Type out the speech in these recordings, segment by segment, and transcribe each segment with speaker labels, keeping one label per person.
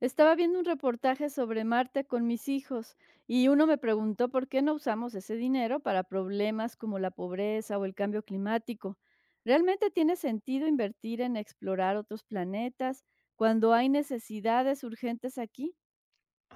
Speaker 1: Estaba viendo un reportaje sobre Marte con mis hijos y uno me preguntó por qué no usamos ese dinero para problemas como la pobreza o el cambio climático. ¿Realmente tiene sentido invertir en explorar otros planetas cuando hay necesidades urgentes aquí?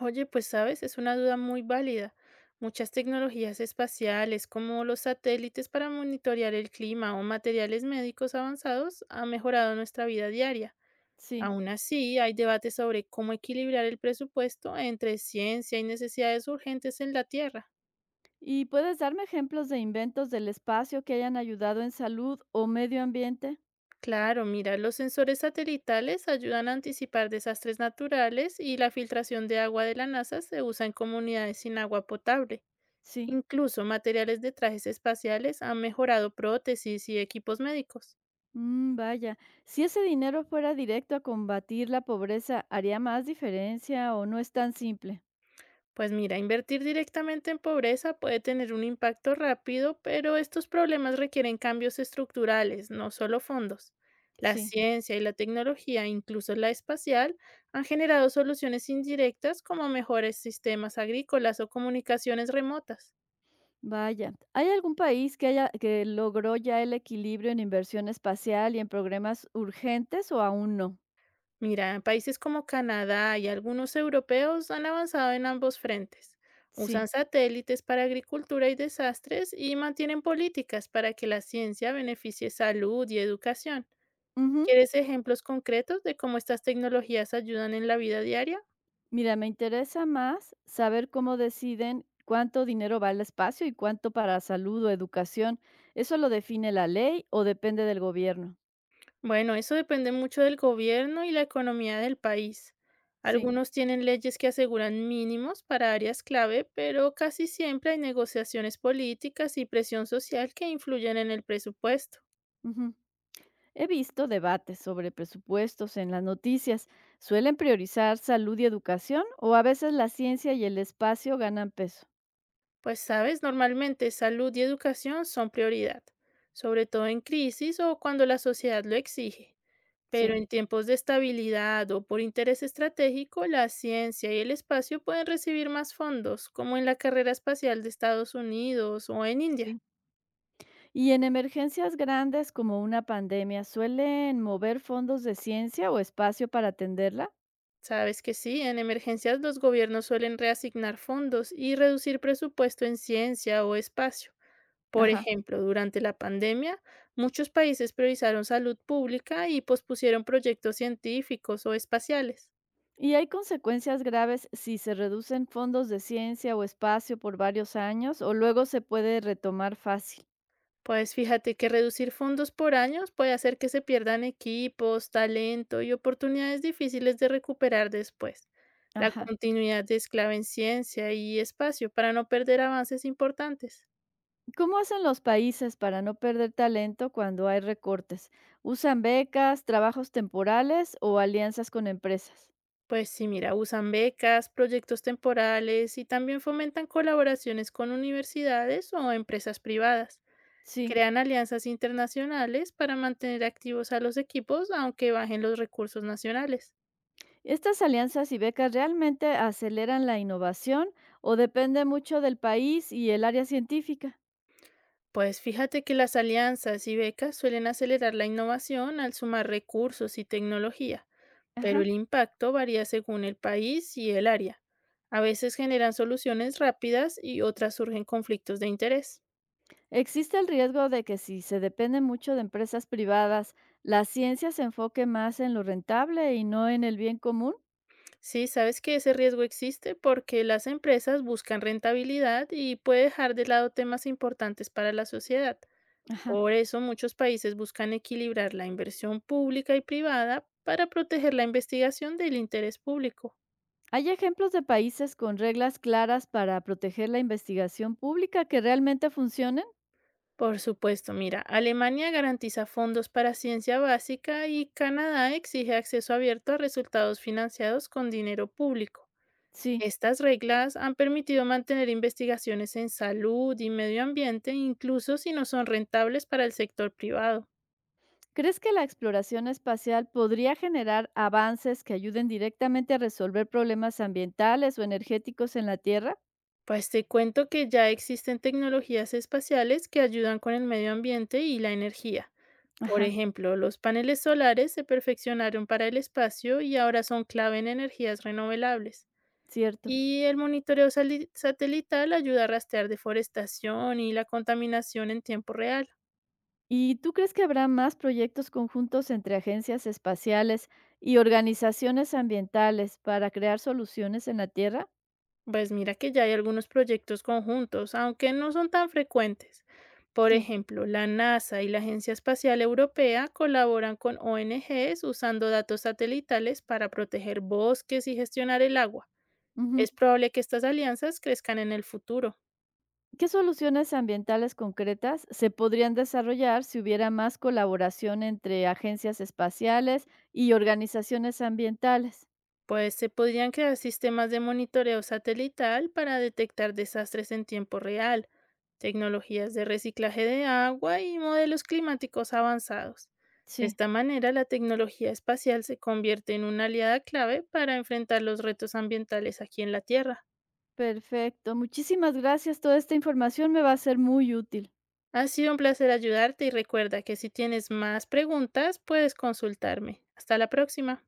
Speaker 2: Oye, pues sabes, es una duda muy válida. Muchas tecnologías espaciales, como los satélites para monitorear el clima o materiales médicos avanzados, han mejorado nuestra vida diaria.
Speaker 1: Sí.
Speaker 2: Aún así, hay debates sobre cómo equilibrar el presupuesto entre ciencia y necesidades urgentes en la Tierra.
Speaker 1: ¿Y puedes darme ejemplos de inventos del espacio que hayan ayudado en salud o medio ambiente?
Speaker 2: Claro, mira, los sensores satelitales ayudan a anticipar desastres naturales y la filtración de agua de la NASA se usa en comunidades sin agua potable.
Speaker 1: Sí.
Speaker 2: Incluso materiales de trajes espaciales han mejorado prótesis y equipos médicos.
Speaker 1: Mm, vaya, si ese dinero fuera directo a combatir la pobreza, ¿haría más diferencia o no es tan simple?
Speaker 2: Pues mira, invertir directamente en pobreza puede tener un impacto rápido, pero estos problemas requieren cambios estructurales, no solo fondos. La
Speaker 1: Sí.
Speaker 2: ciencia y la tecnología, incluso la espacial, han generado soluciones indirectas como mejores sistemas agrícolas o comunicaciones remotas.
Speaker 1: Vaya, ¿hay algún país que haya que logró ya el equilibrio en inversión espacial y en programas urgentes o aún no?
Speaker 2: Mira, países como Canadá y algunos europeos han avanzado en ambos frentes.
Speaker 1: Sí.
Speaker 2: Usan satélites para agricultura y desastres y mantienen políticas para que la ciencia beneficie salud y educación.
Speaker 1: Ujú.
Speaker 2: ¿Quieres ejemplos concretos de cómo estas tecnologías ayudan en la vida diaria?
Speaker 1: Mira, me interesa más saber cómo deciden cuánto dinero va al espacio y cuánto para salud o educación. ¿Eso lo define la ley o depende del gobierno?
Speaker 2: Bueno, eso depende mucho del gobierno y la economía del país.
Speaker 1: Sí.
Speaker 2: Algunos tienen leyes que aseguran mínimos para áreas clave, pero casi siempre hay negociaciones políticas y presión social que influyen en el presupuesto.
Speaker 1: Ujú. He visto debates sobre presupuestos en las noticias. ¿Suelen priorizar salud y educación o a veces la ciencia y el espacio ganan peso?
Speaker 2: Pues sabes, normalmente salud y educación son prioridad, sobre todo en crisis o cuando la sociedad lo exige. Pero
Speaker 1: Sí.
Speaker 2: en tiempos de estabilidad o por interés estratégico, la ciencia y el espacio pueden recibir más fondos, como en la carrera espacial de Estados Unidos o en India.
Speaker 1: Sí. Y en emergencias grandes como una pandemia, ¿suelen mover fondos de ciencia o espacio para atenderla?
Speaker 2: Sabes que sí, en emergencias los gobiernos suelen reasignar fondos y reducir presupuesto en ciencia o espacio. Por
Speaker 1: Ajá.
Speaker 2: ejemplo, durante la pandemia, muchos países priorizaron salud pública y pospusieron proyectos científicos o espaciales.
Speaker 1: ¿Y hay consecuencias graves si se reducen fondos de ciencia o espacio por varios años o luego se puede retomar fácil?
Speaker 2: Pues fíjate que reducir fondos por años puede hacer que se pierdan equipos, talento y oportunidades difíciles de recuperar después. La
Speaker 1: Ajá.
Speaker 2: continuidad es clave en ciencia y espacio para no perder avances importantes.
Speaker 1: ¿Cómo hacen los países para no perder talento cuando hay recortes? ¿Usan becas, trabajos temporales o alianzas con empresas?
Speaker 2: Pues sí, mira, usan becas, proyectos temporales y también fomentan colaboraciones con universidades o empresas privadas.
Speaker 1: Sí.
Speaker 2: Crean alianzas internacionales para mantener activos a los equipos aunque bajen los recursos nacionales.
Speaker 1: ¿Estas alianzas y becas realmente aceleran la innovación o depende mucho del país y el área científica?
Speaker 2: Pues fíjate que las alianzas y becas suelen acelerar la innovación al sumar recursos y tecnología, pero
Speaker 1: Ajá.
Speaker 2: el impacto varía según el país y el área. A veces generan soluciones rápidas y otras surgen conflictos de interés.
Speaker 1: ¿Existe el riesgo de que si se depende mucho de empresas privadas, la ciencia se enfoque más en lo rentable y no en el bien común?
Speaker 2: Sí, sabes que ese riesgo existe porque las empresas buscan rentabilidad y puede dejar de lado temas importantes para la sociedad.
Speaker 1: Ajá.
Speaker 2: Por eso muchos países buscan equilibrar la inversión pública y privada para proteger la investigación del interés público.
Speaker 1: ¿Hay ejemplos de países con reglas claras para proteger la investigación pública que realmente funcionen?
Speaker 2: Por supuesto, mira, Alemania garantiza fondos para ciencia básica y Canadá exige acceso abierto a resultados financiados con dinero público.
Speaker 1: Sí.
Speaker 2: Estas reglas han permitido mantener investigaciones en salud y medio ambiente incluso si no son rentables para el sector privado.
Speaker 1: ¿Crees que la exploración espacial podría generar avances que ayuden directamente a resolver problemas ambientales o energéticos en la Tierra?
Speaker 2: Pues te cuento que ya existen tecnologías espaciales que ayudan con el medio ambiente y la energía. Por
Speaker 1: Ajá,
Speaker 2: ejemplo, los paneles solares se perfeccionaron para el espacio y ahora son clave en energías renovables.
Speaker 1: cierto.
Speaker 2: Y el monitoreo satelital ayuda a rastrear deforestación y la contaminación en tiempo real.
Speaker 1: ¿Y tú crees que habrá más proyectos conjuntos entre agencias espaciales y organizaciones ambientales para crear soluciones en la Tierra?
Speaker 2: Pues mira que ya hay algunos proyectos conjuntos, aunque no son tan frecuentes. Por
Speaker 1: Sí.
Speaker 2: ejemplo, la NASA y la Agencia Espacial Europea colaboran con ONGs usando datos satelitales para proteger bosques y gestionar el agua.
Speaker 1: Ujú.
Speaker 2: Es probable que estas alianzas crezcan en el futuro.
Speaker 1: ¿Qué soluciones ambientales concretas se podrían desarrollar si hubiera más colaboración entre agencias espaciales y organizaciones ambientales?
Speaker 2: Pues se podrían crear sistemas de monitoreo satelital para detectar desastres en tiempo real, tecnologías de reciclaje de agua y modelos climáticos avanzados. De
Speaker 1: Sí.
Speaker 2: esta manera, la tecnología espacial se convierte en una aliada clave para enfrentar los retos ambientales aquí en la Tierra.
Speaker 1: Perfecto, muchísimas gracias, toda esta información me va a ser muy útil.
Speaker 2: Ha sido un placer ayudarte y recuerda que si tienes más preguntas, puedes consultarme. Hasta la próxima.